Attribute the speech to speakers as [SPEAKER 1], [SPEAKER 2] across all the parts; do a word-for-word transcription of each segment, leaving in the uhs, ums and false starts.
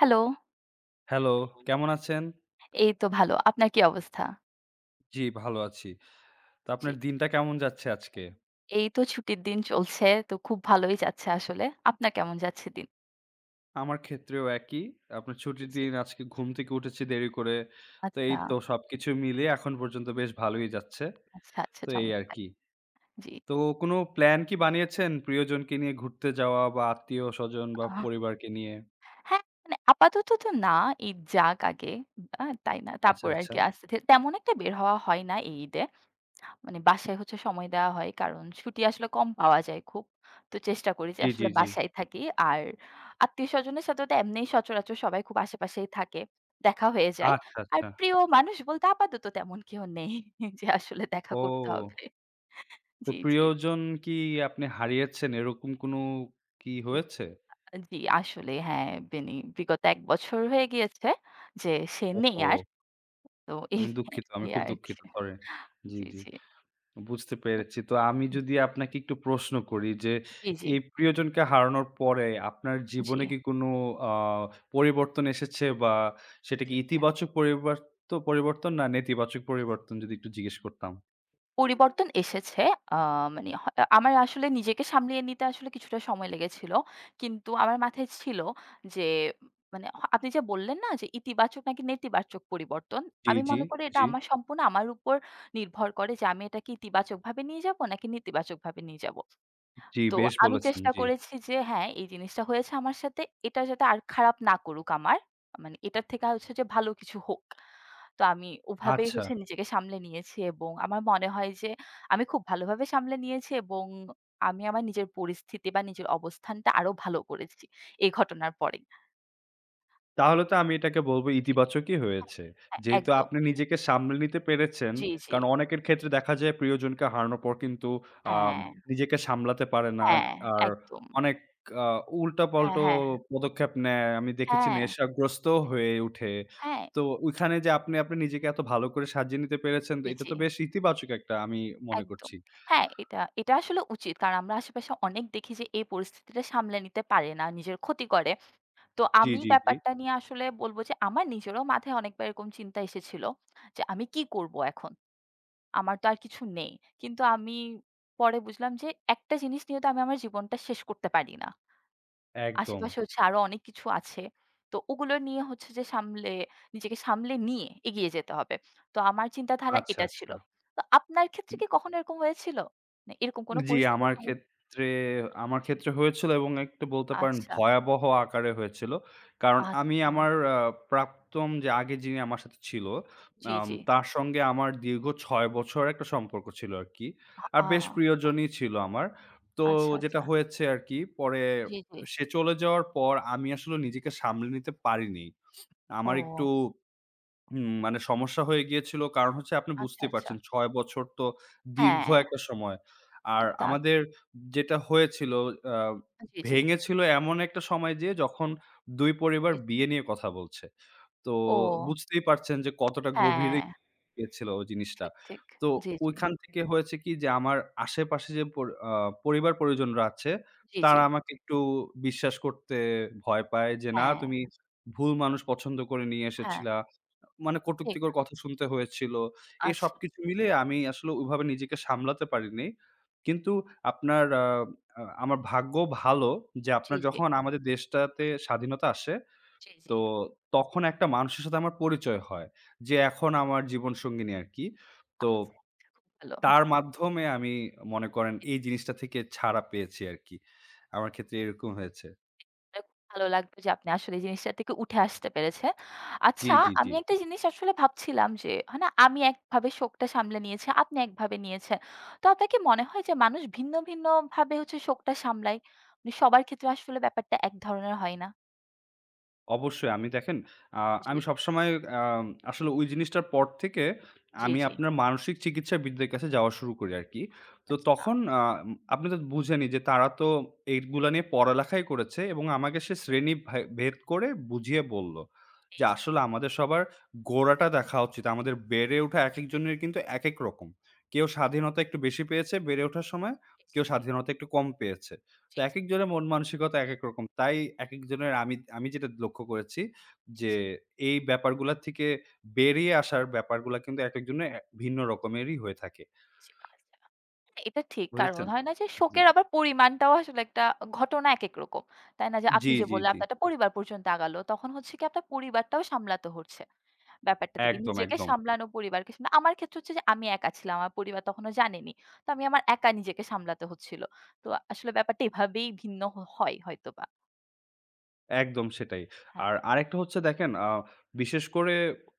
[SPEAKER 1] Hello,
[SPEAKER 2] hello, কেমন আছেন?
[SPEAKER 1] এই তো ভালো। আপনার কি অবস্থা?
[SPEAKER 2] জি, ভালো আছি। তো
[SPEAKER 1] জি।
[SPEAKER 2] আপনার দিনটা কেমন যাচ্ছে আজকে?
[SPEAKER 1] এই তো ছুটির দিন চলছে। তো খুব ভালোই যাচ্ছে আসলে। আপনার কেমন যাচ্ছে দিন?
[SPEAKER 2] আমার ক্ষেত্রেও একই। আপনার
[SPEAKER 1] জি,
[SPEAKER 2] ছুটির
[SPEAKER 1] জি।
[SPEAKER 2] দিন, আজকে ঘুম থেকে উঠেছি দেরি করে। তো এই
[SPEAKER 1] আচ্ছা,
[SPEAKER 2] তো সবকিছু মিলিয়ে এখন পর্যন্ত বেশ ভালোই যাচ্ছে।
[SPEAKER 1] আচ্ছা, আচ্ছা
[SPEAKER 2] তো এই
[SPEAKER 1] চমৎকার।
[SPEAKER 2] আরকি।
[SPEAKER 1] জি।
[SPEAKER 2] তো কোনো প্ল্যান কি বানিয়েছেন প্রিয়জনকে নিয়ে ঘুরতে যাওয়া বা আত্মীয়স্বজন বা
[SPEAKER 1] আহ
[SPEAKER 2] পরিবারকে নিয়ে?
[SPEAKER 1] হ্যাঁ, মানে আপাতত তো না, ঈদ যাক আগে। আ তাই না?
[SPEAKER 2] আচ্ছা,
[SPEAKER 1] তারপর
[SPEAKER 2] আচ্ছা।
[SPEAKER 1] আরকি আস্তে ধীরে তেমন একটা বের হওয়া হয় না এই ঈদে। মানে বাসায় হচ্ছে সময় দেওয়া হয়। কারণ ছুটি আসলে কম পাওয়া যায় খুব। তো চেষ্টা করি যে
[SPEAKER 2] জি, জি,
[SPEAKER 1] আসলে
[SPEAKER 2] জি।
[SPEAKER 1] বাসায় থাকি। আর আত্মীয়স্বজনের সাথে তো এমনিই সচরাচর সবাই খুব আশেপাশেই থাকে। দেখা হয়ে যায়।
[SPEAKER 2] আচ্ছা,
[SPEAKER 1] আর
[SPEAKER 2] আচ্ছা।
[SPEAKER 1] প্রিয় মানুষ বলতে আপাতত তেমন কেউ নেই যে আসলে দেখা করতে
[SPEAKER 2] ও!
[SPEAKER 1] হবে।
[SPEAKER 2] তো
[SPEAKER 1] জি, জি।
[SPEAKER 2] প্রিয়জন কি আপনি হারিয়েছেন এরকম কোনো কি
[SPEAKER 1] উ
[SPEAKER 2] হয়েছে?
[SPEAKER 1] জি, আসলে হ্যাঁ, বেনি বিগত এক বছর হয়ে গিয়েছে যে সে নেই
[SPEAKER 2] ওহো!
[SPEAKER 1] আর। তো এই
[SPEAKER 2] আমি দুঃখিত, আমি
[SPEAKER 1] এই
[SPEAKER 2] খুব
[SPEAKER 1] আরকি।
[SPEAKER 2] দুঃখিত। সরি। জি,
[SPEAKER 1] জি,
[SPEAKER 2] জি।
[SPEAKER 1] জি।
[SPEAKER 2] বুঝতে পেরেছি। তো আমি যদি আপনাকে একটু প্রশ্ন করি যে,
[SPEAKER 1] জি, জি।
[SPEAKER 2] এই প্রিয়জনকে হারানোর পরে আপনার
[SPEAKER 1] জি, জি।
[SPEAKER 2] জীবনে কি কোনো আ পরিবর্তন এসেছে বা সেটা কি
[SPEAKER 1] জি,
[SPEAKER 2] ইতিবাচক পরিবার্ত পরিবর্তন না নেতিবাচক
[SPEAKER 1] জি।
[SPEAKER 2] পরিবর্তন যদি একটু জিজ্ঞেস করতাম?
[SPEAKER 1] পরিবর্তন এসেছে। আ মানে হ আমার আসলে নিজেকে সামলিয়ে নিতে আসলে কিছুটা সময় লেগেছিল। কিন্তু আমার মাথায় ছিল যে মানে হ আপনি যে বললেন না যে ইতিবাচক নাকি নেতিবাচক পরিবর্তন।
[SPEAKER 2] জি,
[SPEAKER 1] আমি
[SPEAKER 2] জি,
[SPEAKER 1] মনে করি এটা
[SPEAKER 2] জি,
[SPEAKER 1] আমার সম্পূর্ণ আমার উপর নির্ভর করে যে আমি এটাকে ইতিবাচকভাবে নিয়ে যাবো নাকি নেতিবাচকভাবে নিয়ে যাবো।
[SPEAKER 2] জি,
[SPEAKER 1] তো
[SPEAKER 2] বেশ
[SPEAKER 1] আমি
[SPEAKER 2] বলেছেন।
[SPEAKER 1] চেষ্টা
[SPEAKER 2] জি।
[SPEAKER 1] করেছি যে হ্যাঁ, এই জিনিসটা হয়েছে আমার সাথে। এটা যাতে আর খারাপ না করুক আমার। মানে এটার থেকে হচ্ছে যে ভালো কিছু হোক। তো আমি ওভাবেই
[SPEAKER 2] আচ্ছা।
[SPEAKER 1] হচ্ছে নিজেকে সামলে নিয়েছি এবং আমার মনে হয় যে আমি খুব ভালোভাবে সামলে নিয়েছি এবং আমি আমার নিজের পরিস্থিতি বা নিজের অবস্থানটা আরো ভালো করেছি এই ঘটনার পরেই।
[SPEAKER 2] তাহলে তো আমি এটাকে বলব
[SPEAKER 1] জি।
[SPEAKER 2] ইতিবাচকই
[SPEAKER 1] হ্যাঁ,
[SPEAKER 2] হয়েছে।
[SPEAKER 1] হ্যাঁ,
[SPEAKER 2] যেহেতু
[SPEAKER 1] একদম।
[SPEAKER 2] আপনি নিজেকে সামলে নিতে পেরেছেন।
[SPEAKER 1] জি, জি।
[SPEAKER 2] কারণ অনেকের ক্ষেত্রে দেখা যায় প্রিয়জনকে হারানোর পর কিন্তু আম
[SPEAKER 1] হ্যাঁ,
[SPEAKER 2] নিজেকে সামলাতে পারে না।
[SPEAKER 1] হ্যাঁ,
[SPEAKER 2] আর
[SPEAKER 1] একদম।
[SPEAKER 2] অনেক আ
[SPEAKER 1] হ্যাঁ,
[SPEAKER 2] উল্টাপাল্টা
[SPEAKER 1] হ্যাঁ,
[SPEAKER 2] পদক্ষেপ নেয়। আমি দেখেছি
[SPEAKER 1] হ্যাঁ,
[SPEAKER 2] নেশাগ্রস্তও হয়ে উঠে।
[SPEAKER 1] হ্যাঁ,
[SPEAKER 2] তো ওইখানে যে আপনি, আপনি নিজেকে এত ভালো করে সাজিয়ে নিতে পেরেছেন, তো
[SPEAKER 1] জি,
[SPEAKER 2] এটা
[SPEAKER 1] জি।
[SPEAKER 2] তো বেশ ইতিবাচক একটা আমি মনে
[SPEAKER 1] একদম।
[SPEAKER 2] করছি।
[SPEAKER 1] হ্যাঁ, এটা এটা আসলে উচিত। কারণ আমরা আশেপাশে অনেক দেখি যে এই পরিস্থিতিটা সামলে নিতে পারে না, নিজের ক্ষতি করে। তো
[SPEAKER 2] জি,
[SPEAKER 1] আমি জি।
[SPEAKER 2] জি, জি।
[SPEAKER 1] ব্যাপারটা নিয়ে আসলে বলব যে আমার নিজেরও মাথায় অনেকবার এরকম চিন্তা এসেছিল যে আমি কি করব এখন? আমার তো আর কিছু নেই। কিন্তু আমি পরে বুঝলাম যে একটা জিনিস নিয়ে তো আমি আমার জীবনটা শেষ করতে পারি না।
[SPEAKER 2] একদম।
[SPEAKER 1] আশেপাশে হচ্ছে আরো অনেক কিছু আছে। তো ওগুলো নিয়ে হচ্ছে যে সামলে নিজেকে সামলে নিয়ে এগিয়ে যেতে হবে। তো আমার চিন্তাধারা
[SPEAKER 2] আচ্ছা,
[SPEAKER 1] এটা ছিল।
[SPEAKER 2] আচ্ছা।
[SPEAKER 1] তো আপনার ক্ষেত্রে কি কখনো এরকম হয়েছিল? না এরকম কোনো
[SPEAKER 2] জি,
[SPEAKER 1] পরিস্থিতির
[SPEAKER 2] আমার
[SPEAKER 1] সম্মুখী?
[SPEAKER 2] ক্ষেত্রে আমার ক্ষেত্রে হয়েছিল এবং একটু বলতে পারেন
[SPEAKER 1] আচ্ছা,
[SPEAKER 2] ভয়াবহ আকারে হয়েছিল। কারণ আমি
[SPEAKER 1] আচ্ছা।
[SPEAKER 2] আমার আ প্রাক্তন যে আগে যিনি আমার সাথে ছিল,
[SPEAKER 1] জি,
[SPEAKER 2] আম
[SPEAKER 1] জি।
[SPEAKER 2] তার সঙ্গে আমার দীর্ঘ ছয় বছর একটা সম্পর্ক ছিল আরকি। আর
[SPEAKER 1] আ
[SPEAKER 2] বেশ
[SPEAKER 1] আ
[SPEAKER 2] প্রিয়জনই ছিল আমার। তো
[SPEAKER 1] আচ্ছা,
[SPEAKER 2] যেটা
[SPEAKER 1] আচ্ছা।
[SPEAKER 2] হয়েছে আরকি পরে
[SPEAKER 1] জি, জি।
[SPEAKER 2] সে চলে যাওয়ার পর আমি আসলে নিজেকে সামলে নিতে পারিনি। আমার একটু
[SPEAKER 1] ও
[SPEAKER 2] হুম, মানে সমস্যা হয়ে গিয়েছিল। কারণ হচ্ছে আপনি
[SPEAKER 1] আচ্ছা,
[SPEAKER 2] বুঝতেই
[SPEAKER 1] আচ্ছা।
[SPEAKER 2] পারছেন ছয় বছর তো দীর্ঘ
[SPEAKER 1] হ্যাঁ,
[SPEAKER 2] একটা সময়। আর
[SPEAKER 1] তা তো
[SPEAKER 2] আমাদের
[SPEAKER 1] ঠিক।
[SPEAKER 2] যেটা হয়েছিল আ
[SPEAKER 1] জি, জি,
[SPEAKER 2] ভেঙেছিল এমন একটা সময় যেয়ে যখন দুই পরিবার
[SPEAKER 1] জি, জি।
[SPEAKER 2] বিয়ে নিয়ে কথা বলছে। তো
[SPEAKER 1] ও
[SPEAKER 2] বুঝতেই পারছেন যে কতটা গভীরে
[SPEAKER 1] হ্যাঁ,
[SPEAKER 2] গিয়েছিল ওই জিনিসটা।
[SPEAKER 1] ঠিক, ঠিক।
[SPEAKER 2] তো
[SPEAKER 1] জি, জি,
[SPEAKER 2] ওইখান থেকে হয়েছে কি যে আমার আশেপাশে যে পর আ পরিবার-পরিজনরা আছে
[SPEAKER 1] জি, জি।
[SPEAKER 2] তারা আমাকে একটু বিশ্বাস করতে ভয় পায় যে, "না
[SPEAKER 1] হ্যাঁ,
[SPEAKER 2] তুমি ভুল মানুষ পছন্দ করে নিয়ে
[SPEAKER 1] হ্যাঁ,
[SPEAKER 2] এসেছিলা।" মানে
[SPEAKER 1] ঠিক।
[SPEAKER 2] কটুক্তিকর কথা শুনতে হয়েছিল। এ
[SPEAKER 1] আচ্ছা।
[SPEAKER 2] সবকিছু মিলিয়ে আমি আসলে ওইভাবে নিজেকে সামলাতে পারিনি। কিন্তু আপনার আ আ আমার ভাগ্য ভালো যে
[SPEAKER 1] জি,
[SPEAKER 2] আপনার
[SPEAKER 1] জি,
[SPEAKER 2] যখন আমাদের দেশটাতে স্বাধীনতা আসে,
[SPEAKER 1] জি, জি।
[SPEAKER 2] তো তখন একটা মানুষের সাথে আমার পরিচয় হয়। যে এখন আমার জীবনসঙ্গিনী আরকি। তো
[SPEAKER 1] আচ্ছা, আচ্ছা। খুব ভালো।
[SPEAKER 2] তার মাধ্যমে আমি মনে করেন এই জিনিসটা থেকে ছাড়া পেয়েছি আরকি। আমার ক্ষেত্রে এরকম হয়েছে।
[SPEAKER 1] শুনে খুব ভালো লাগবে যে আপনি আসলে এই জিনিসটা থেকে উঠে আসতে পেরেছেন।
[SPEAKER 2] জি,
[SPEAKER 1] আচ্ছা
[SPEAKER 2] জি, জি।
[SPEAKER 1] আমি একটা জিনিস আসলে ভাবছিলাম যে হয় না আমি একভাবে শোকটা সামলে নিয়েছি, আপনি একভাবে নিয়েছেন। তো আপনার কি মনে হয় যে মানুষ ভিন্ন, ভিন্ন ভাবে হচ্ছে শোকটা সামলায়? মানে সবার ক্ষেত্রে আসলে ব্যাপারটা এক ধরনের হয় না?
[SPEAKER 2] অবশ্যই আমি দেখেন আ
[SPEAKER 1] জি,
[SPEAKER 2] আমি সবসময় আম আসলে ওই জিনিসটার পর থেকে
[SPEAKER 1] জি,
[SPEAKER 2] আমি
[SPEAKER 1] জি।
[SPEAKER 2] আপনার মানসিক চিকিৎসাবিদদের কাছে যাওয়া শুরু করি আরকি। তো
[SPEAKER 1] আচ্ছা।
[SPEAKER 2] তখন আ আপনি তো বুঝেনই যে তারা তো এইগুলা নিয়ে পড়ালেখাই করেছে এবং আমাকে সে শ্রেণী ভে ভেদ করে বুঝিয়ে বলল
[SPEAKER 1] জি,
[SPEAKER 2] যে
[SPEAKER 1] জি।
[SPEAKER 2] আসলে আমাদের সবার গোড়াটা দেখা উচিত। আমাদের বেড়ে ওঠা একেকজনের কিন্তু একেক রকম। কেউ স্বাধীনতা একটু বেশি পেয়েছে বেড়ে ওঠার সময়,
[SPEAKER 1] জি, জি,
[SPEAKER 2] কেউ
[SPEAKER 1] জি।
[SPEAKER 2] স্বাধীনতা একটু কম পেয়েছে। তো
[SPEAKER 1] জি, জি,
[SPEAKER 2] একেক জনের মন মানসিকতা একেক রকম। তাই একেকজনের আমি আমি যেটা লক্ষ্য করেছি যে,
[SPEAKER 1] জি,
[SPEAKER 2] এই ব্যাপারগুলা থেকে বেরিয়ে আসার ব্যাপারগুলা কিন্তু একেকজনের এ ভিন্ন রকমেরই হয়ে থাকে।
[SPEAKER 1] জি, জি। আচ্ছা। এটা ঠিক। কারণ
[SPEAKER 2] বুঝেছেন?
[SPEAKER 1] হয় না যে
[SPEAKER 2] জি।
[SPEAKER 1] শোকের আবার পরিমাণটাও আসলে একটা ঘটনা একেক রকম। তাই না? যে আপনি
[SPEAKER 2] জি,
[SPEAKER 1] যে
[SPEAKER 2] জি,
[SPEAKER 1] বললেন
[SPEAKER 2] জি।
[SPEAKER 1] আপনার একটা পরিবার পর্যন্ত আগালো। তখন হচ্ছে কি আপনার পরিবারটাও সামলাতে হচ্ছে। ব্যাপারটা থেকে
[SPEAKER 2] একদম,
[SPEAKER 1] নিজেকে
[SPEAKER 2] একদম।
[SPEAKER 1] সামলানো, পরিবারকে সামলানো। আমার ক্ষেত্রে হচ্ছে যে আমি একা ছিলাম। আমার পরিবার তখনও জানেনি। তো আমি আমার একা নিজেকে সামলাতে হচ্ছিল। তো আসলে ব্যাপারটা এভাবেই ভিন্ন হ হয় হয়তোবা।
[SPEAKER 2] একদম সেটাই।
[SPEAKER 1] হ্যাঁ,
[SPEAKER 2] আর আরেকটা হচ্ছে দেখেন আ বিশেষ করে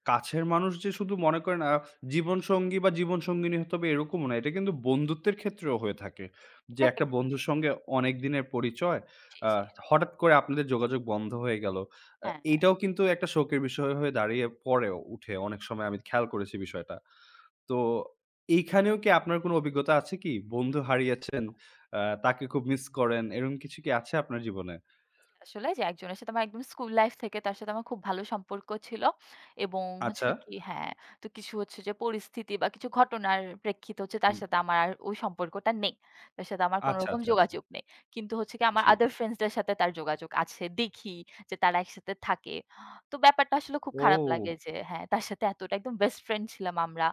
[SPEAKER 2] কাছের মানুষ যে শুধু মনে করেন আ জীবনসঙ্গী বা জীবনসঙ্গিনী হতে হবে এরকমও না। এটা কিন্তু বন্ধুত্বের ক্ষেত্রেও হয়ে থাকে। যে
[SPEAKER 1] এটা
[SPEAKER 2] একটা
[SPEAKER 1] একদম
[SPEAKER 2] বন্ধুর
[SPEAKER 1] ঠিক।
[SPEAKER 2] সঙ্গে অনেক দিনের পরিচয়,
[SPEAKER 1] জি,
[SPEAKER 2] আ
[SPEAKER 1] জি।
[SPEAKER 2] হঠাৎ করে আপনাদের যোগাযোগ বন্ধ হয়ে গেল। আ
[SPEAKER 1] হ্যাঁ।
[SPEAKER 2] এইটাও কিন্তু একটা শোকের বিষয় হয়ে দাঁড়িয়ে পড়েও উঠে অনেক সময় আমি খেয়াল করেছি বিষয়টা। তো এইখানেও কি আপনার কোনো অভিজ্ঞতা আছে কি? বন্ধু হারিয়েছেন, আ তাকে খুব মিস করেন, এরকম কিছু কি আছে আপনার জীবনে?
[SPEAKER 1] আসলে যে একজনের সাথে আমার একদম স্কুল লাইফ থেকে তার সাথে আমার খুব ভালো সম্পর্ক ছিল এবং
[SPEAKER 2] আচ্ছা।
[SPEAKER 1] হচ্ছে কি হ্যাঁ, তো কিছু হচ্ছে যে পরিস্থিতি বা কিছু ঘটনার প্রেক্ষিতে হচ্ছে তার সাথে আমার আর ওই সম্পর্কটা নেই। তার সাথে আমার কোন
[SPEAKER 2] আচ্ছা,
[SPEAKER 1] রকম
[SPEAKER 2] আচ্ছা, আচ্ছা।
[SPEAKER 1] যোগাযোগ নেই। কিন্তু হচ্ছে কি আমার
[SPEAKER 2] জি।
[SPEAKER 1] other friends দের সাথে তার যোগাযোগ আছে। দেখি যে তারা একসাথে থাকে। তো ব্যাপারটা আসলে খুব খারাপ
[SPEAKER 2] ও!
[SPEAKER 1] লাগে যে হ্যাঁ, তার সাথে এতটা একদম বেস্ট ফ্রেন্ড ছিলাম আমরা।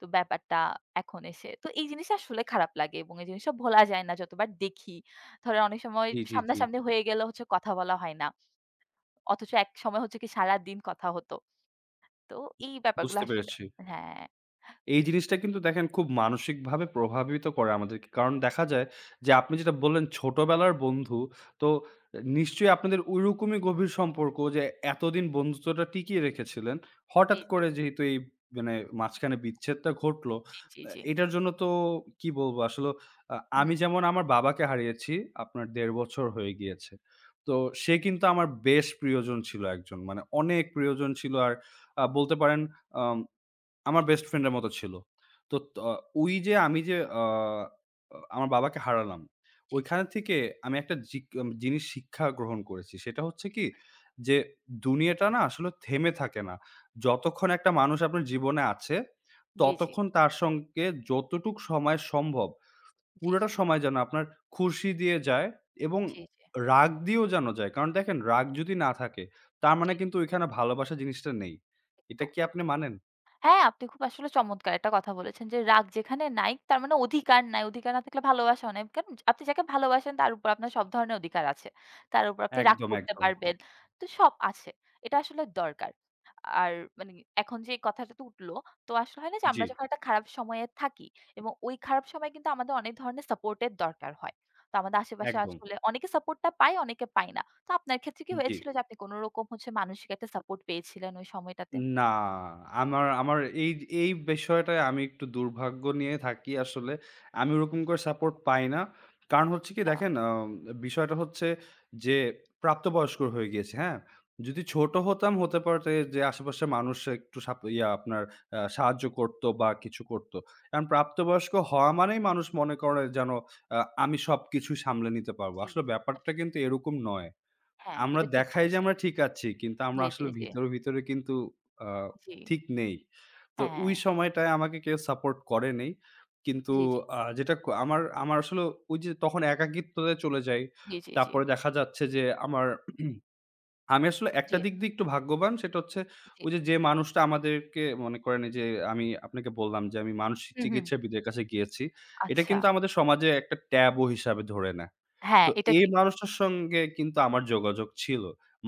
[SPEAKER 1] তো ব্যাপারটা এখন এসে। তো এই জিনিসটা আসলে খারাপ লাগে এবং এই জিনিসটা ভোলা যায় না যতবার দেখি। ধরেন অনেক সময়
[SPEAKER 2] জি, জি, জি।
[SPEAKER 1] সামনাসামনি হয়ে গেলে হচ্ছে কথা বলা হয় না। অথচ একসময় হচ্ছে কি সারাদিন কথা হতো। তো এই ব্যাপারগুলো
[SPEAKER 2] বুঝতে
[SPEAKER 1] আসলে
[SPEAKER 2] পেরেছি।
[SPEAKER 1] হ্যাঁ।
[SPEAKER 2] এই জিনিসটা কিন্তু দেখেন খুব মানসিকভাবে প্রভাবিত করে আমাদেরকে। কারণ দেখা যায় যে আপনি যেটা বললেন ছোটবেলার বন্ধু, তো নিশ্চয়ই আপনাদের ওইরকমই গভীর সম্পর্ক যে এতদিন বন্ধুত্বটা টিকিয়ে রেখেছিলেন।
[SPEAKER 1] জি,
[SPEAKER 2] হঠাৎ
[SPEAKER 1] জি,
[SPEAKER 2] করে যেহেতু এই মানে মাঝখানে বিচ্ছেদটা ঘটলো, আ
[SPEAKER 1] জি, জি, জি।
[SPEAKER 2] এটার জন্য তো কি বলবো আসলে আ আমি
[SPEAKER 1] হুম।
[SPEAKER 2] যেমন আমার বাবাকে হারিয়েছি আপনার দেড় বছর হয়ে গিয়েছে। তো সে কিন্তু আমার বেশ প্রিয়জন ছিল একজন। মানে অনেক প্রিয়জন ছিল আর আ বলতে পারেন আম আমার বেস্ট ফ্রেন্ড এর মতো ছিল। তো ত আহ, ওই যে আমি যে আ আমার বাবাকে হারালাম।
[SPEAKER 1] জি,
[SPEAKER 2] ওইখান
[SPEAKER 1] জি।
[SPEAKER 2] থেকে আমি একটা জিক জিনিস শিক্ষা গ্রহণ করেছি। সেটা হচ্ছে কি যে দুনিয়াটা না আসলে থেমে থাকে না। যতক্ষণ একটা মানুষ আপনার জীবনে আছে,
[SPEAKER 1] জি, জি।
[SPEAKER 2] ততক্ষণ তার সঙ্গে যতটুক সময় সম্ভব
[SPEAKER 1] জি,
[SPEAKER 2] পুরোটা
[SPEAKER 1] জি।
[SPEAKER 2] সময় যেন আপনার খুশি দিয়ে যায় এবং
[SPEAKER 1] জি, জি।
[SPEAKER 2] রাগ দিয়েও যেন যায়। কারণ দেখেন রাগ যদি না থাকে তার মানে
[SPEAKER 1] জি
[SPEAKER 2] কিন্তু ওইখানে ভালোবাসা জিনিসটা নেই। এটা
[SPEAKER 1] একদম,
[SPEAKER 2] কি
[SPEAKER 1] এক
[SPEAKER 2] আপনি মানেন?
[SPEAKER 1] হ্যাঁ, আপনি খুব আসলে চমৎকার একটা কথা বলেছেন যে, রাগ যেখানে নাই তার মানে অধিকার নাই। অধিকার না থাকলে ভালোবাসাও নাই। কারণ আপনি যাকে ভালোবাসেন তার উপর আপনার সব ধরনের অধিকার আছে। তার উপর আপনি রাগ
[SPEAKER 2] একদম,
[SPEAKER 1] করতে
[SPEAKER 2] একদম।
[SPEAKER 1] পারবেন। তো সব আছে। এটা আসলে দরকার। আর মানে এখন যে কথাটা তো উঠলো, তো আসলে হয় না যে
[SPEAKER 2] জি,
[SPEAKER 1] আমরা যখন একটা খারাপ সময়ে থাকি এবং ওই খারাপ সময়ে কিন্তু আমাদের অনেক ধরনের সাপোর্ট এর দরকার হয়। তো আমাদের আশেপাশে
[SPEAKER 2] একদম।
[SPEAKER 1] আসলে অনেকে সাপোর্টটা পায়, অনেকে পায় না। তো আপনার ক্ষেত্রে কি
[SPEAKER 2] জি।
[SPEAKER 1] হয়েছিল যে আপনি কোনরকম হচ্ছে মানসিক একটা সাপোর্ট পেয়েছিলেন ওই সময়টাতে?
[SPEAKER 2] না, আমার আমার এই এই বিষয়টায় আমি একটু দুর্ভাগ্য নিয়ে থাকি আসলে। আমি ওরকম করে সাপোর্ট পাই না। কারণ হচ্ছে কি
[SPEAKER 1] আচ্ছা।
[SPEAKER 2] দেখেন আ বিষয়টা হচ্ছে যে প্রাপ্তবয়স্ক হয়ে গিয়েছি, হ্যাঁ? যদি ছোট হতাম হতে পারে
[SPEAKER 1] জি,
[SPEAKER 2] যে আশেপাশের মানুষ একটু সাপ ইয়া আপনার আ সাহায্য করত বা কিছু করত। কারণ প্রাপ্তবয়স্ক হওয়া মানেই মানুষ মনে করে যেন আ আমি সবকিছু সামলে নিতে পারব।
[SPEAKER 1] জি।
[SPEAKER 2] আসলে
[SPEAKER 1] আস
[SPEAKER 2] ব্যাপারটা কিন্তু এরকম নয়।
[SPEAKER 1] হ্যাঁ,
[SPEAKER 2] আমরা
[SPEAKER 1] এটা ঠিক
[SPEAKER 2] দেখাই যে
[SPEAKER 1] বলেছেন।
[SPEAKER 2] আমরা ঠিক আছি। কিন্তু আমরা
[SPEAKER 1] জি, জি,
[SPEAKER 2] আসলে
[SPEAKER 1] জি,
[SPEAKER 2] ভিতরে, ভিতরে কিন্তু আ
[SPEAKER 1] জি।
[SPEAKER 2] ঠিক নেই। তো ওই
[SPEAKER 1] হ্যাঁ,
[SPEAKER 2] সময়টায় আমাকে কেউ সাপোর্ট করে নাই। কিন্তু
[SPEAKER 1] জি, জি,
[SPEAKER 2] আ যেটা ক আমার আমার আসলে ওই যে তখন একাকিত্বতে চলে যাই।
[SPEAKER 1] জি, জি, জি,
[SPEAKER 2] তারপরে দেখা যাচ্ছে যে আমার আমি আসলে একটা
[SPEAKER 1] জি,
[SPEAKER 2] দিক দিয়ে একটু ভাগ্যবান। সেটা হচ্ছে
[SPEAKER 1] জি।
[SPEAKER 2] ওই যে, যে মানুষটা আমাদেরকে মনে করেন এই যে আমি আপনাকে বললাম যে আমি মানসিক
[SPEAKER 1] হুম, হুম।
[SPEAKER 2] চিকিৎসাবিদের কাছে গিয়েছি। এটা
[SPEAKER 1] আচ্ছা।
[SPEAKER 2] কিন্তু আমাদের সমাজে একটা ট্যাবু হিসাবে ধরে নেয়।
[SPEAKER 1] হ্যাঁ,
[SPEAKER 2] তো
[SPEAKER 1] এটা
[SPEAKER 2] এই
[SPEAKER 1] ঠিক।
[SPEAKER 2] মানুষটার সঙ্গে কিন্তু আমার যোগাযোগ ছিল।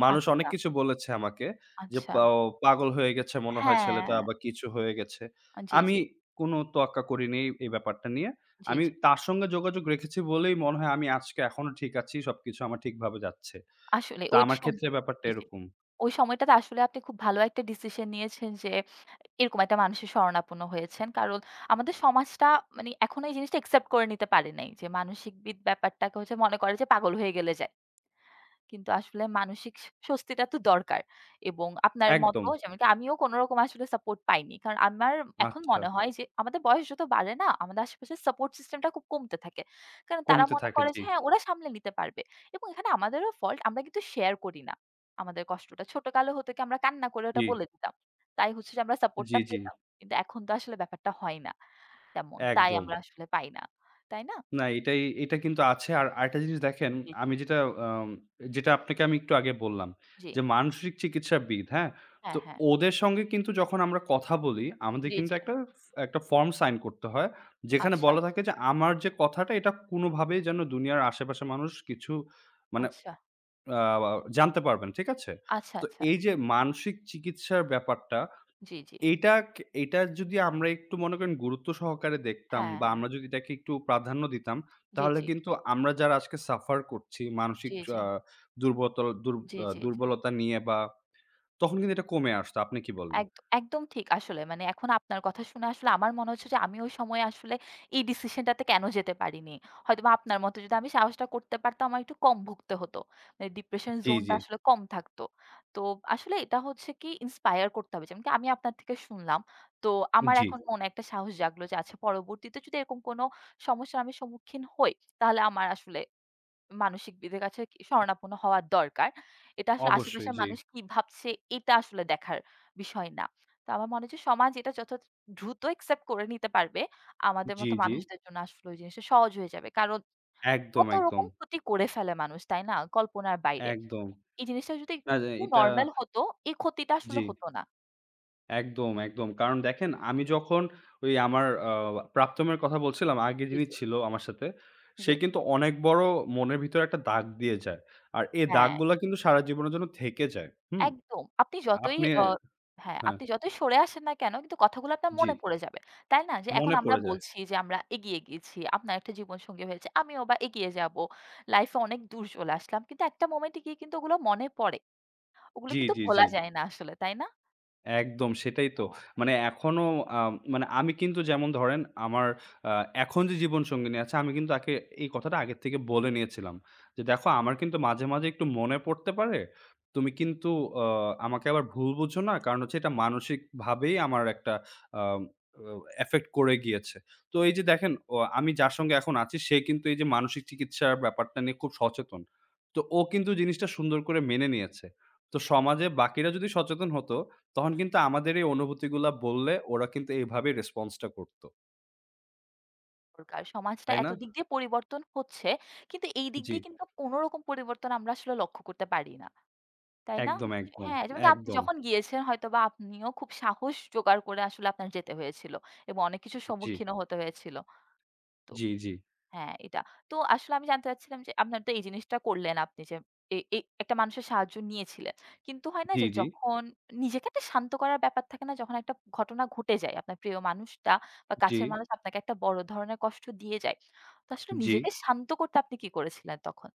[SPEAKER 2] মানুষ অনেক
[SPEAKER 1] আচ্ছা,
[SPEAKER 2] কিছু বলেছে আমাকে যে,
[SPEAKER 1] আচ্ছা।
[SPEAKER 2] পাও পাগল হয়ে গেছে মনে হয়
[SPEAKER 1] হ্যাঁ,
[SPEAKER 2] ছেলেটা বা কিছু হয়ে গেছে।
[SPEAKER 1] জি,
[SPEAKER 2] আমি
[SPEAKER 1] জি,
[SPEAKER 2] কোনো তোয়াক্কা করিনি এই এই ব্যাপারটা নিয়ে।
[SPEAKER 1] জি,
[SPEAKER 2] আমি
[SPEAKER 1] জি।
[SPEAKER 2] তার সঙ্গে যোগাযোগ রেখেছি বলেই মনে হয় আমি আজকে এখনো ঠিক আছি। সবকিছু আমার ঠিকভাবে যাচ্ছে।
[SPEAKER 1] আসলে
[SPEAKER 2] তো
[SPEAKER 1] ওই
[SPEAKER 2] আমার
[SPEAKER 1] সম
[SPEAKER 2] ক্ষেত্রে ব্যাপারটা
[SPEAKER 1] জি, জি।
[SPEAKER 2] এরকম।
[SPEAKER 1] ওই সময়টাতে আসলে আপনি খুব ভালো একটা ডিসিশন নিয়েছেন যে এরকম একটা মানুষের শরণাপন্ন হয়েছেন। কারণ আমাদের সমাজটা মানে এখনো এই জিনিসটা অ্যাকসেপ্ট করে নিতে পারে নাই। যে মানসিক বিদ ব্যাপারটাকে হচ্ছে মনে করে যে পাগল হয়ে গেলে যায়। কিন্তু আসলে মানসিক স স্বস্তিটা তো দরকার। এবং আপনার মত
[SPEAKER 2] একদম।
[SPEAKER 1] যেমনটি আমিও কোনরকম আসলে সাপোর্ট পাইনি। কারণ আমার এখন
[SPEAKER 2] আচ্ছা।
[SPEAKER 1] মনে হয় যে আমাদের বয়স যত বাড়ে না, আমাদের আশেপাশের সাপোর্ট সিস্টেমটা খুব কমতে থাকে। কারণ তারা
[SPEAKER 2] কমতে
[SPEAKER 1] মনে
[SPEAKER 2] থাকে।
[SPEAKER 1] করে
[SPEAKER 2] জি,
[SPEAKER 1] যে হ্যাঁ, ওরা সামলে নিতে পারবে। এবং এখানে আমাদেরও ফল্ট আমরা কিন্তু শেয়ার করি না। আমাদের কষ্টটা ছোটকালে হতো কি আমরা কান্না করে ওটা
[SPEAKER 2] জি,
[SPEAKER 1] বলে দিতাম। তাই হচ্ছে যে আমরা
[SPEAKER 2] জি,
[SPEAKER 1] সাপোর্টটা
[SPEAKER 2] জি।
[SPEAKER 1] পেতাম। কিন্তু এখন তো আসলে ব্যাপারটা হয় না তেমন। তাই
[SPEAKER 2] একদম।
[SPEAKER 1] আমরা আসলে পাই না। তাই না?
[SPEAKER 2] না এটাই এটা কিন্তু আছে। আর আরেকটা জিনিস দেখেন,
[SPEAKER 1] জি,
[SPEAKER 2] আমি
[SPEAKER 1] জি।
[SPEAKER 2] যেটা আম যেটা আপনাকে আমি একটু আগে বললাম
[SPEAKER 1] জি।
[SPEAKER 2] যে, মানসিক চিকিৎসাবিদ, হ্যাঁ? তো
[SPEAKER 1] হ্যাঁ, হ্যাঁ।
[SPEAKER 2] ওদের সঙ্গে কিন্তু যখন আমরা কথা বলি, আমাদের
[SPEAKER 1] জি,
[SPEAKER 2] কিন্তু
[SPEAKER 1] জি।
[SPEAKER 2] একটা একটা ফর্ম সাইন করতে হয়। যেখানে
[SPEAKER 1] আচ্ছা,
[SPEAKER 2] বলা থাকে যে, আমার যে কথাটা এটা কোনোভাবেই যেন দুনিয়ার আশেপাশের মানুষ কিছু মানে
[SPEAKER 1] আচ্ছা,
[SPEAKER 2] আ জানতে পারবে না। ঠিক আছে?
[SPEAKER 1] আচ্ছা,
[SPEAKER 2] তো
[SPEAKER 1] আচ্ছা।
[SPEAKER 2] এই যে মানসিক চিকিৎসার ব্যাপারটা
[SPEAKER 1] জি, জি।
[SPEAKER 2] এইটা কে এইটা যদি আমরা একটু মনে করেন গুরুত্ব সহকারে দেখতাম বা
[SPEAKER 1] হ্যাঁ।
[SPEAKER 2] আমরা যদি এটাকে একটু প্রাধান্য দিতাম,
[SPEAKER 1] জি,
[SPEAKER 2] তাহলে
[SPEAKER 1] জি।
[SPEAKER 2] কিন্তু আমরা যারা আজকে সাফার করছি মানসিক
[SPEAKER 1] জি, জি।
[SPEAKER 2] আ দুর্বতল দুর
[SPEAKER 1] জি,
[SPEAKER 2] আ
[SPEAKER 1] জি, জি।
[SPEAKER 2] দুর্বলতা নিয়ে বা তখন কিন্তু এটা কমে আসতো। আপনি কি বলেন?
[SPEAKER 1] একদ একদম ঠিক আসলে। মানে এখন আপনার কথা শুনে আসলে আমার মনে হচ্ছে যে আমি ওই সময়ে আসলে এই ডিসিশনটাতে কেন যেতে পারিনি। হয়তোবা আপনার মতো যদি আমি সাহসটা করতে পারতাম আমার একটু কম ভুগতে হতো। মানে ডিপ্রেশন
[SPEAKER 2] জি,
[SPEAKER 1] জোনটা
[SPEAKER 2] জি,
[SPEAKER 1] আসলে কম থাকতো। তো আসলে এটা হচ্ছে কি ইন্সপায়ার করতে হবে। যেমনকি আমি আপনার থেকে শুনলাম। তো আমার
[SPEAKER 2] জি,
[SPEAKER 1] এখন মনে একটা সাহস জাগলো যে আচ্ছা পরবর্তীতে যদি এরকম কোনো সমস্যার আমি সম্মুখীন হই তাহলে আমার আসলে মানসিকবিদের কাছে কি শরণাপন্ন হওয়া দরকার। এটা আসলে
[SPEAKER 2] অবশ্যই
[SPEAKER 1] আশেপাশের
[SPEAKER 2] জি,
[SPEAKER 1] মানুষ কি ভাবছে এটা আসলে দেখার বিষয় না। তো আমার মনে হয় যে সমাজ এটা যত দ্রুত অ্যাকসেপ্ট করে নিতে পারবে, আমাদের
[SPEAKER 2] জি,
[SPEAKER 1] মতো
[SPEAKER 2] জি।
[SPEAKER 1] মানুষদের জন্য আসলে ওই জিনিসটা সহজ হয়ে যাবে। কারণ
[SPEAKER 2] একদম,
[SPEAKER 1] কত
[SPEAKER 2] একদম,
[SPEAKER 1] রকম ক্ষতি করে ফেলে মানুষ, তাই না? কল্পনার বাইরে।
[SPEAKER 2] একদম।
[SPEAKER 1] এই জিনিসটা যদি
[SPEAKER 2] না, না
[SPEAKER 1] একটু
[SPEAKER 2] এটা
[SPEAKER 1] নরমাল হতো, এই ক্ষতিটা আসলে
[SPEAKER 2] জি।
[SPEAKER 1] হতো না।
[SPEAKER 2] একদম, একদম। কারণ দেখেন আমি যখন ওই আমার আ প্রাক্তনের কথা বলছিলাম, আগে
[SPEAKER 1] জি,
[SPEAKER 2] যিনি
[SPEAKER 1] জি,
[SPEAKER 2] ছিল আমার সাথে, সে
[SPEAKER 1] জি।
[SPEAKER 2] কিন্তু অনেক বড় মনের ভিতরে একটা দাগ দিয়ে যায়। আর এই
[SPEAKER 1] হ্যাঁ।
[SPEAKER 2] দাগগুলা কিন্তু সারা জীবনের জন্য থেকে যায়। হুম?
[SPEAKER 1] একদম। আপনি যতই
[SPEAKER 2] আপনি
[SPEAKER 1] অ হ্যাঁ,
[SPEAKER 2] হ্যাঁ,
[SPEAKER 1] আপনি যতই সরে আসেন না কেন কিন্তু কথাগুলো আপনার
[SPEAKER 2] জি।
[SPEAKER 1] মনে পড়ে যাবে। তাই না? যে এখন
[SPEAKER 2] মনে
[SPEAKER 1] আমরা
[SPEAKER 2] পড়ে যায়।
[SPEAKER 1] বলছি যে আমরা এগিয়ে গিয়েছি। আপনার একটা জীবনসঙ্গী হয়েছে। আমিও বা এগিয়ে যাবো। লাইফ এ অনেক দূর চলে আসলাম। কিন্তু একটা মোমেন্টে গিয়ে কিন্তু ওগুলো মনে পড়ে। ওগুলো
[SPEAKER 2] জি,
[SPEAKER 1] কিন্তু
[SPEAKER 2] জি, জি।
[SPEAKER 1] ভোলা যায় না আসলে, তাই না?
[SPEAKER 2] একদম সেটাই তো।
[SPEAKER 1] হ্যাঁ,
[SPEAKER 2] মানে এখনো আম মানে আমি কিন্তু যেমন ধরেন আমার আ এখন যে জীবনসঙ্গিনী আছে আমি কিন্তু তাকে এই কথাটা আগের থেকে বলে নিয়েছিলাম। যে দেখো আমার কিন্তু মাঝে, মাঝে একটু মনে পড়তে পারে। তুমি কিন্তু আ আমাকে আবার ভুল বুঝো না। কারণ হচ্ছে এটা মানসিকভাবেই আমার একটা আম অ এফেক্ট করে গিয়েছে। তো এই যে দেখেন অ আমি যার সঙ্গে এখন আছি সে কিন্তু এই যে মানসিক চিকিৎসার ব্যাপারটা নিয়ে খুব সচেতন। তো ও কিন্তু জিনিসটা সুন্দর করে মেনে নিয়েছে। তো সমাজে বাকিরা যদি সচেতন হতো তখন কিন্তু আমাদের এই অনুভূতিগুলা বললে ওরা কিন্তু এভাবেই রেসপন্স টা করত।
[SPEAKER 1] দরকার। সমাজটা
[SPEAKER 2] তাই না?
[SPEAKER 1] এত দিক দিয়ে পরিবর্তন হচ্ছে। কিন্তু এই দিক
[SPEAKER 2] জি।
[SPEAKER 1] দিয়ে কিন্তু কোন রকম পরিবর্তন আমরা আসলে লক্ষ্য করতে পারি না। তাই না?
[SPEAKER 2] একদম, একদম,
[SPEAKER 1] হ্যাঁ, যেমন কি আপনি
[SPEAKER 2] একদম।
[SPEAKER 1] যখন গিয়েছেন হয়তোবা আপনিও খুব সাহস জোগাড় করে আসলে আপনার যেতে হয়েছিল এবং অনেক কিছুর
[SPEAKER 2] জি,
[SPEAKER 1] সম্মুখীনও হতে হয়েছিল। তো
[SPEAKER 2] জি, জি,
[SPEAKER 1] হ্যাঁ, এটা। তো আসলে আমি জানতে চাচ্ছিলাম যে আপনার তো এই জিনিসটা করলেন আপনি যে এ এ একটা মানুষের সাহায্য নিয়েছিলেন। কিন্তু হয় না
[SPEAKER 2] জি,
[SPEAKER 1] যে
[SPEAKER 2] জি,
[SPEAKER 1] যখন নিজেকে একটা শান্ত করার ব্যাপার থাকে না? যখন একটা ঘটনা ঘটে যায় আপনার প্রিয় মানুষটা বা
[SPEAKER 2] জি,
[SPEAKER 1] কাছের মানুষ আপনাকে একটা বড় ধরনের কষ্ট দিয়ে যায়। তো আসলে
[SPEAKER 2] জি।
[SPEAKER 1] নিজেকে শান্ত করতে আপনি কি করেছিলেন তখন?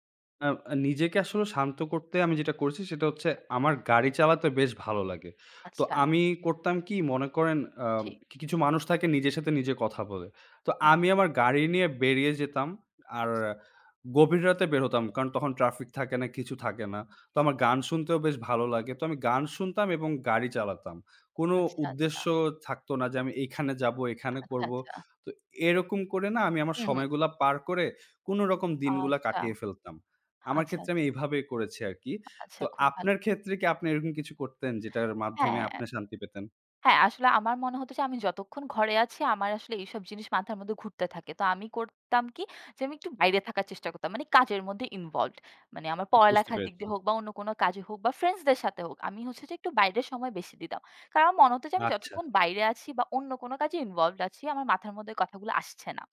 [SPEAKER 2] আ আ নিজেকে আসলে শান্ত করতে আমি যেটা করছি সেটা হচ্ছে আমার গাড়ি চালাতে বেশ ভালো লাগে। তো
[SPEAKER 1] আচ্ছা,
[SPEAKER 2] আমি করতাম কি মনে করেন আম
[SPEAKER 1] জি।
[SPEAKER 2] কি কিছু মানুষ থাকে নিজের সাথে নিজে কথা বলে। তো
[SPEAKER 1] হ্যাঁ,
[SPEAKER 2] আমি আমার গাড়ি নিয়ে বেরিয়ে যেতাম। আর
[SPEAKER 1] আচ্ছা,
[SPEAKER 2] গভীর রাতে বের হতাম। কারণ তখন ট্রাফিক থাকে না, কিছু থাকে না। তো আমার গান শুনতেও বেশ ভালো লাগে। তো আমি গান
[SPEAKER 1] আচ্ছা,
[SPEAKER 2] শুনতাম এবং গাড়ি চালাতাম। কোনো
[SPEAKER 1] আচ্ছা, আচ্ছা।
[SPEAKER 2] উদ্দেশ্য থাকতো না যে আমি এইখানে যাবো, এখানে
[SPEAKER 1] আচ্ছা,
[SPEAKER 2] করবো।
[SPEAKER 1] আচ্ছা।
[SPEAKER 2] তো এরকম করে না আমি আমার
[SPEAKER 1] হুম, হুম।
[SPEAKER 2] সময়গুলা পার করে কোনরকম দিনগুলা
[SPEAKER 1] আচ্ছা,
[SPEAKER 2] কাটিয়ে ফেলতাম। আমার
[SPEAKER 1] আচ্ছা,
[SPEAKER 2] ক্ষেত্রে আমি
[SPEAKER 1] আচ্ছা,
[SPEAKER 2] এইভাবে করেছি আরকি। তো
[SPEAKER 1] আচ্ছা খুব ভালো।
[SPEAKER 2] আপনার ক্ষেত্রে কি আপনি এরকম কিছু করতেন যেটার মাধ্যমে
[SPEAKER 1] হ্যাঁ,
[SPEAKER 2] আপনি শান্তি পেতেন?
[SPEAKER 1] হ্যাঁ, আসলে আমার মনে হতো যে আমি যতক্ষণ ঘরে আছি আমার আসলে এইসব জিনিস মাথার মধ্যে ঘুরতে থাকে। তো আমি করতাম কি যে আমি একটু বাইরে থাকার চেষ্টা করতাম। মানে কাজের মধ্যে ইনভলভড। মানে আমার
[SPEAKER 2] বুঝতে
[SPEAKER 1] পড়ালেখার দিক
[SPEAKER 2] পেরেছি।
[SPEAKER 1] দিয়ে হোক বা অন্য কোনো কাজে হোক বা ফ্রেন্ডসদের সাথে হোক আমি হচ্ছে যে একটু বাইরে সময় বেশি দিতাম। কারণ আমার মনে হতো যে আমি
[SPEAKER 2] আচ্ছা।
[SPEAKER 1] যতক্ষণ বাইরে আছি বা অন্য কোনো কাজে ইনভলভড আছি আমার মাথার মধ্যে কথাগুলো আসছে না।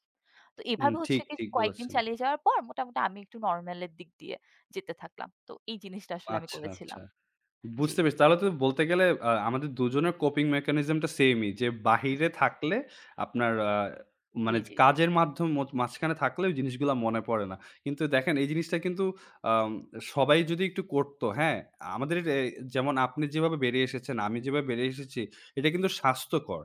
[SPEAKER 1] তো
[SPEAKER 2] উম
[SPEAKER 1] এভাবে হচ্ছে
[SPEAKER 2] ঠিক,
[SPEAKER 1] কি
[SPEAKER 2] ঠিক
[SPEAKER 1] কয়েকদিন
[SPEAKER 2] বলেছেন।
[SPEAKER 1] চালিয়ে যাওয়ার পর মোটামুটি আমি একটু নরমাল এর দিক দিয়ে যেতে থাকলাম। তো এই জিনিসটা আসলে আমি
[SPEAKER 2] আচ্ছা, আচ্ছা।
[SPEAKER 1] করেছিলাম। জি।
[SPEAKER 2] বুঝতে পেরেছি। তাহলে তো বলতে গেলে আ আমাদের দুজনের coping mechanism টা সেমই। যে বাহিরে থাকলে আপনার আ
[SPEAKER 1] জি,
[SPEAKER 2] মানে
[SPEAKER 1] জি, জি।
[SPEAKER 2] কাজের মাধ্যম মঝ মাঝখানে থাকলে ওই জিনিসগুলা মনে পড়ে না। কিন্তু দেখেন এই জিনিসটা কিন্তু আম সবাই যদি একটু করতো, হ্যাঁ? আমাদের এ যেমন আপনি যেভাবে বেরিয়ে এসেছেন, আমি যেভাবে বেরিয়ে এসেছি, এটা কিন্তু স্বাস্থ্যকর।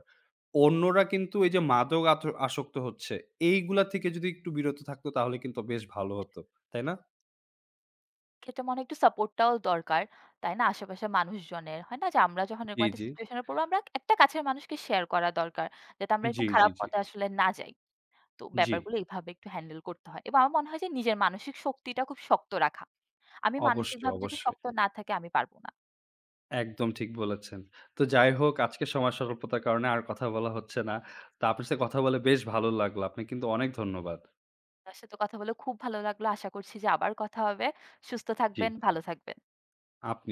[SPEAKER 2] অন্যরা কিন্তু এই যে মাদক আত আসক্ত হচ্ছে, এইগুলা থেকে যদি একটু বিরত থাকতো তাহলে কিন্তু বেশ ভালো হতো। তাই না?
[SPEAKER 1] ক্ষেত্রে মনে হয় একটু সাপোর্টটাও দরকার। তাই না? আশেপাশের মানুষজনের। হয় না? যে আমরা যখন
[SPEAKER 2] জি,
[SPEAKER 1] এরকম একটা
[SPEAKER 2] জি।
[SPEAKER 1] সিচুয়েশন এ পড়বো, আমরা একটা কাছের মানুষকে শেয়ার করা দরকার। যাতে আমরা
[SPEAKER 2] জি,
[SPEAKER 1] এরকম
[SPEAKER 2] জি,
[SPEAKER 1] খারাপ
[SPEAKER 2] জি।
[SPEAKER 1] পথে আসলে না যাই। তো
[SPEAKER 2] জি।
[SPEAKER 1] ব্যাপারগুলো এইভাবে একটু হ্যান্ডেল করতে হয়। এবং আমার মনে হয় যে নিজের মানসিক শক্তিটা খুব শক্ত রাখা। আমি
[SPEAKER 2] অবশ্যই,
[SPEAKER 1] মানসিকভাবে যদি
[SPEAKER 2] অবশ্যই।
[SPEAKER 1] শক্ত না থাকি, আমি পারব না।
[SPEAKER 2] একদম ঠিক বলেছেন। তো যাই হোক আজকে সময় স্বল্পতার কারণে আর কথা বলা হচ্ছে না। তো আপনার সাথে কথা বলে বেশ ভালো লাগলো। আপনি কিন্তু অনেক ধন্যবাদ।
[SPEAKER 1] আপনার সাথে কথা বলে খুব ভালো লাগলো। আশা করছি যে আবার কথা হবে। সুস্থ
[SPEAKER 2] জি,
[SPEAKER 1] থাকবেন, ভালো থাকবেন।
[SPEAKER 2] আপনি